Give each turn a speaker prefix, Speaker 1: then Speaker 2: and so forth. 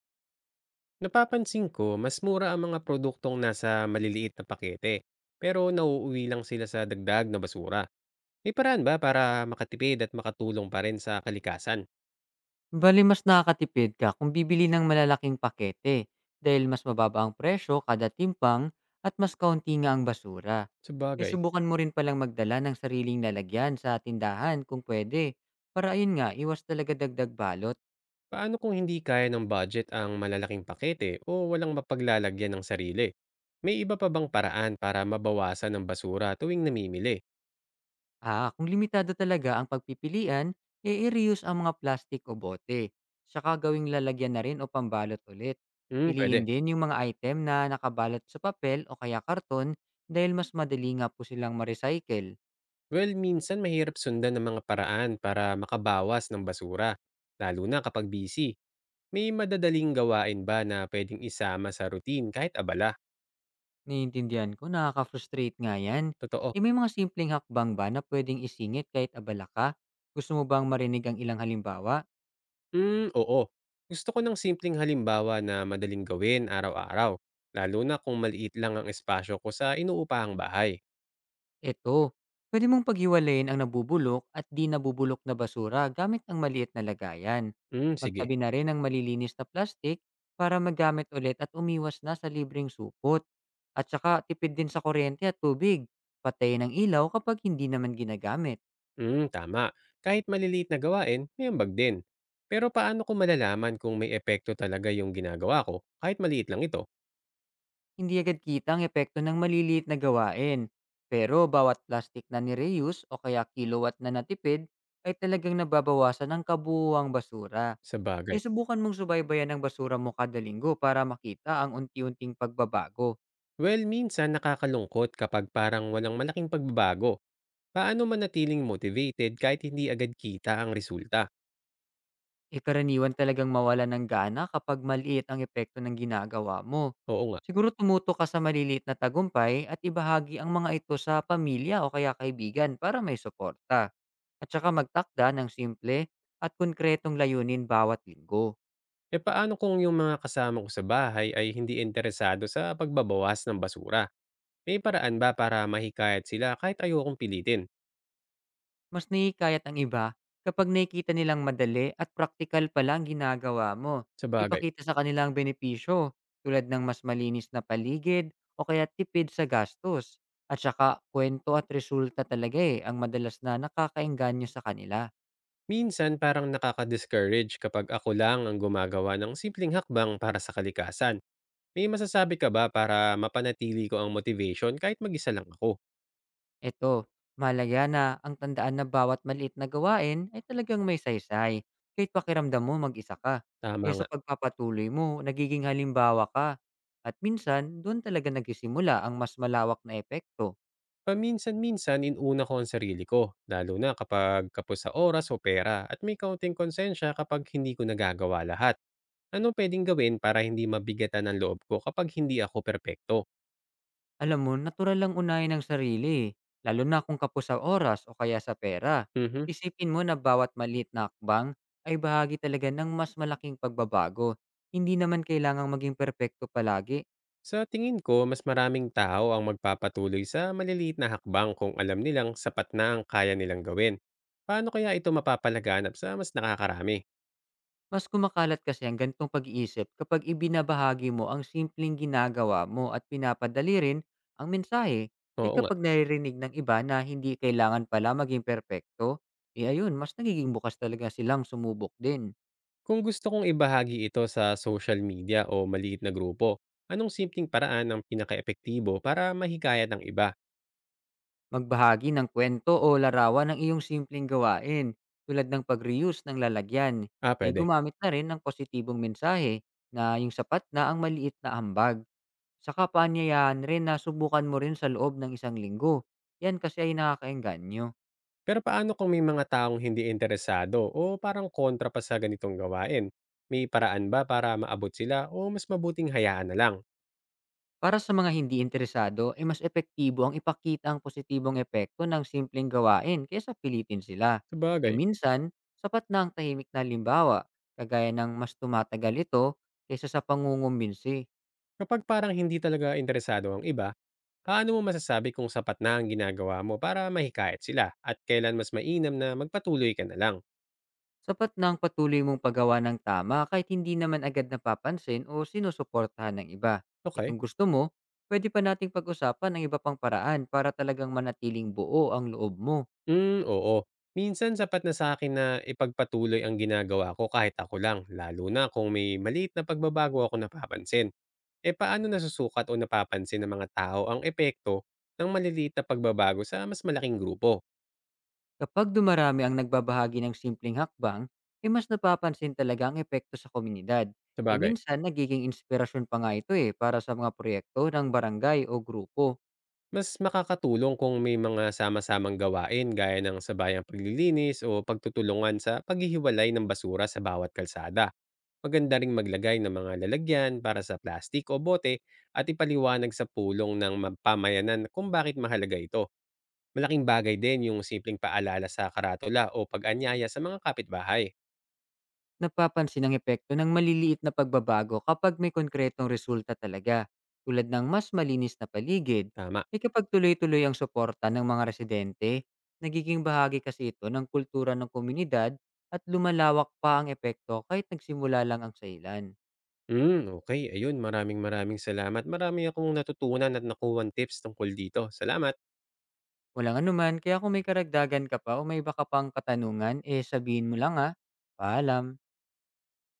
Speaker 1: Napapansin ko, mas mura ang mga produktong nasa maliliit na pakete, pero nauuwi lang sila sa dagdag na basura. May paraan ba para makatipid at makatulong pa rin sa kalikasan?
Speaker 2: Bali mas nakakatipid ka kung bibili ng malalaking pakete, dahil mas mababa ang presyo kada timpang at mas kaunti nga ang basura. E
Speaker 1: Sabagay,
Speaker 2: subukan mo rin palang magdala ng sariling lalagyan sa tindahan kung pwede, para ayun nga, iwas talaga dagdag balot.
Speaker 1: paano kung hindi kaya ng budget ang malalaking pakete o walang mapaglalagyan ng sarili? May iba pa bang paraan para mabawasan ang basura tuwing namimili?
Speaker 2: Ah, kung limitado talaga ang pagpipilian, e i-reuse ang mga plastic o bote. Saka gawing lalagyan na rin o pambalot ulit.
Speaker 1: Hmm,
Speaker 2: Piliin
Speaker 1: pwede.
Speaker 2: din yung mga item na nakabalot sa papel o kaya karton, dahil mas madali nga po silang ma-recycle.
Speaker 1: Well, minsan mahirap sundan ng mga paraan para makabawas ng basura, lalo na kapag busy. May madadaling gawain ba na pwedeng isama sa routine kahit abala?
Speaker 2: Naiintindihan ko, nakaka-frustrate nga yan.
Speaker 1: Totoo.
Speaker 2: E may mga simpleng hakbang ba na pwedeng isingit kahit abala ka? Gusto mo bang marinig ang ilang halimbawa?
Speaker 1: Hmm, oo. Gusto ko ng simpleng halimbawa na madaling gawin araw-araw, lalo na kung maliit lang ang espasyo ko sa inuupahang bahay.
Speaker 2: Eto, pwede mong paghiwalayin ang nabubulok at di nabubulok na basura gamit ang maliit na lagayan.
Speaker 1: Hmm, sige.
Speaker 2: Magtabi na rin ang malilinis na plastik para magamit ulit at umiwas na sa libreng supot. At saka tipid din sa kuryente at tubig. Patayin ang ilaw kapag hindi naman ginagamit.
Speaker 1: Hmm, tama. Kahit maliliit na gawain, may ambag din. Pero paano ko malalaman kung may epekto talaga yung ginagawa ko, kahit maliit lang ito?
Speaker 2: Hindi agad kita ang epekto ng maliliit na gawain. Pero bawat plastic na nireuse o kaya kilowatt na natipid ay talagang nababawasan ng kabuuang basura.
Speaker 1: Sa bagay?
Speaker 2: Isubukan mong subaybayan ang basura mo kada linggo para makita ang unti-unting pagbabago.
Speaker 1: Well, minsan nakakalungkot kapag parang walang malaking pagbabago. Paano manatiling motivated kahit hindi agad kita ang resulta?
Speaker 2: Eh, karaniwan talagang mawalan ng gana kapag maliit ang epekto ng ginagawa mo.
Speaker 1: Oo nga.
Speaker 2: Siguro tumuto ka sa maliliit na tagumpay at ibahagi ang mga ito sa pamilya o kaya kaibigan para may suporta. At saka magtakda ng simple at konkretong layunin bawat linggo.
Speaker 1: E paano kung yung mga kasama ko sa bahay ay hindi interesado sa pagbabawas ng basura? May paraan ba para mahikayat sila kahit ayokong pilitin?
Speaker 2: Mas nahihikayat ang iba kapag nakikita nilang madali at praktikal pala ang ginagawa mo.
Speaker 1: Sa bagay?
Speaker 2: Ipakita sa kanila ang benepisyo, tulad ng mas malinis na paligid o kaya tipid sa gastos. At saka kwento at resulta talaga eh ang madalas na nakakaengganyo sa kanila.
Speaker 1: Minsan parang nakaka-discourage kapag ako lang ang gumagawa ng simpleng hakbang para sa kalikasan. May masasabi ka ba para mapanatili ko ang motivation kahit mag-isa lang ako?
Speaker 2: Ito, mahalaga na ang tandaan na bawat maliit na gawain ay talagang may saysay, kahit pakiramdam mo mag-isa ka.
Speaker 1: Tama
Speaker 2: Eh
Speaker 1: nga.
Speaker 2: sa pagpapatuloy mo, nagiging halimbawa ka. At minsan, doon talaga nagsisimula ang mas malawak na epekto.
Speaker 1: Paminsan-minsan inuuna ko ang sarili ko, lalo na kapag kapos sa oras o pera at may kaunting konsensya kapag hindi ko nagagawa lahat. Ano pwedeng gawin para hindi mabigatan ang loob ko kapag hindi ako perpekto?
Speaker 2: Alam mo, natural lang unahin ang sarili, eh, lalo na kung kapos sa oras o kaya sa pera.
Speaker 1: Mhm.
Speaker 2: Isipin mo na bawat maliit na akbang ay bahagi talaga ng mas malaking pagbabago. Hindi naman kailangang maging perpekto palagi.
Speaker 1: Sa tingin ko, mas maraming tao ang magpapatuloy sa maliliit na hakbang kung alam nilang sapat na ang kaya nilang gawin. Paano kaya ito mapapalaganap sa mas nakakarami?
Speaker 2: Mas kumakalat kasi ang ganitong pag-iisip kapag ibinabahagi mo ang simpleng ginagawa mo at pinapadali rin ang mensahe. Eh
Speaker 1: Oo nga.
Speaker 2: kapag naririnig ng iba na hindi kailangan pala maging perpekto, eh ayun, mas nagiging bukas talaga silang sumubok din.
Speaker 1: Kung gusto kong ibahagi ito sa social media o maliit na grupo, anong simpleng paraan ang pinakaepektibo para mahikayat ng iba?
Speaker 2: Magbahagi ng kwento o larawan ng iyong simpleng gawain, tulad ng pag-reuse ng lalagyan.
Speaker 1: Ah,
Speaker 2: Eh
Speaker 1: pwede.
Speaker 2: gumamit na rin ng positibong mensahe na yung sapat na ang maliit na ambag. Saka paanyayahan rin na subukan mo rin sa loob ng isang linggo. Yan kasi ay nakakaengganyo.
Speaker 1: Pero paano kung may mga taong hindi interesado o parang kontra pa sa ganitong gawain? May paraan ba para maabot sila o mas mabuting hayaan na lang?
Speaker 2: Para sa mga hindi interesado, ay mas epektibo ang ipakita ang positibong epekto ng simpleng gawain kaysa pilitin sila. E
Speaker 1: Sabagay,
Speaker 2: minsan, sapat na ang tahimik na limbawa, kagaya ng mas tumatagal ito kaysa sa pangungumbinsi.
Speaker 1: kapag parang hindi talaga interesado ang iba, paano mo masasabi kung sapat na ang ginagawa mo para mahikayat sila at kailan mas mainam na magpatuloy ka na lang?
Speaker 2: Sapat na ang patuloy mong paggawa ng tama kahit hindi naman agad napapansin o sinusuportahan ng iba. Eh
Speaker 1: Okay?
Speaker 2: kung gusto mo, pwede pa nating pag-usapan ang iba pang paraan para talagang manatiling buo ang loob mo.
Speaker 1: Hmm, oo. Minsan sapat na sa akin na ipagpatuloy ang ginagawa ko kahit ako lang, lalo na kung may maliit na pagbabago akong napapansin. Eh, paano nasusukat o napapansin ng mga tao ang epekto ng maliliit na pagbabago sa mas malaking grupo?
Speaker 2: Kapag dumarami ang nagbabahagi ng simpleng hakbang, eh mas napapansin talaga ang epekto sa komunidad. E
Speaker 1: Sabagay.
Speaker 2: minsan, nagiging inspirasyon pa nga ito eh para sa mga proyekto ng barangay o grupo.
Speaker 1: Mas makakatulong kung may mga sama-samang gawain gaya ng sabayang paglilinis o pagtutulungan sa paghihiwalay ng basura sa bawat kalsada. Maganda ring maglagay ng mga lalagyan para sa plastik o bote at ipaliwanag sa pulong ng pamayanan kung bakit mahalaga ito. Malaking bagay din yung simpleng paalala sa karatula o pag-anyaya sa mga kapitbahay.
Speaker 2: Napapansin ang epekto ng maliliit na pagbabago kapag may konkretong resulta talaga, tulad ng mas malinis na paligid.
Speaker 1: Tama.
Speaker 2: E kapag tuloy-tuloy ang suporta ng mga residente, nagiging bahagi kasi ito ng kultura ng komunidad at lumalawak pa ang epekto kahit nagsimula lang ang sailan.
Speaker 1: Hmm, okay. Ayun, maraming maraming salamat. Marami akong natutunan at nakuha tips tungkol dito. Salamat.
Speaker 2: Walang anuman, kaya kung may karagdagan ka pa o may iba ka pang katanungan, eh sabihin mo lang ha. Paalam!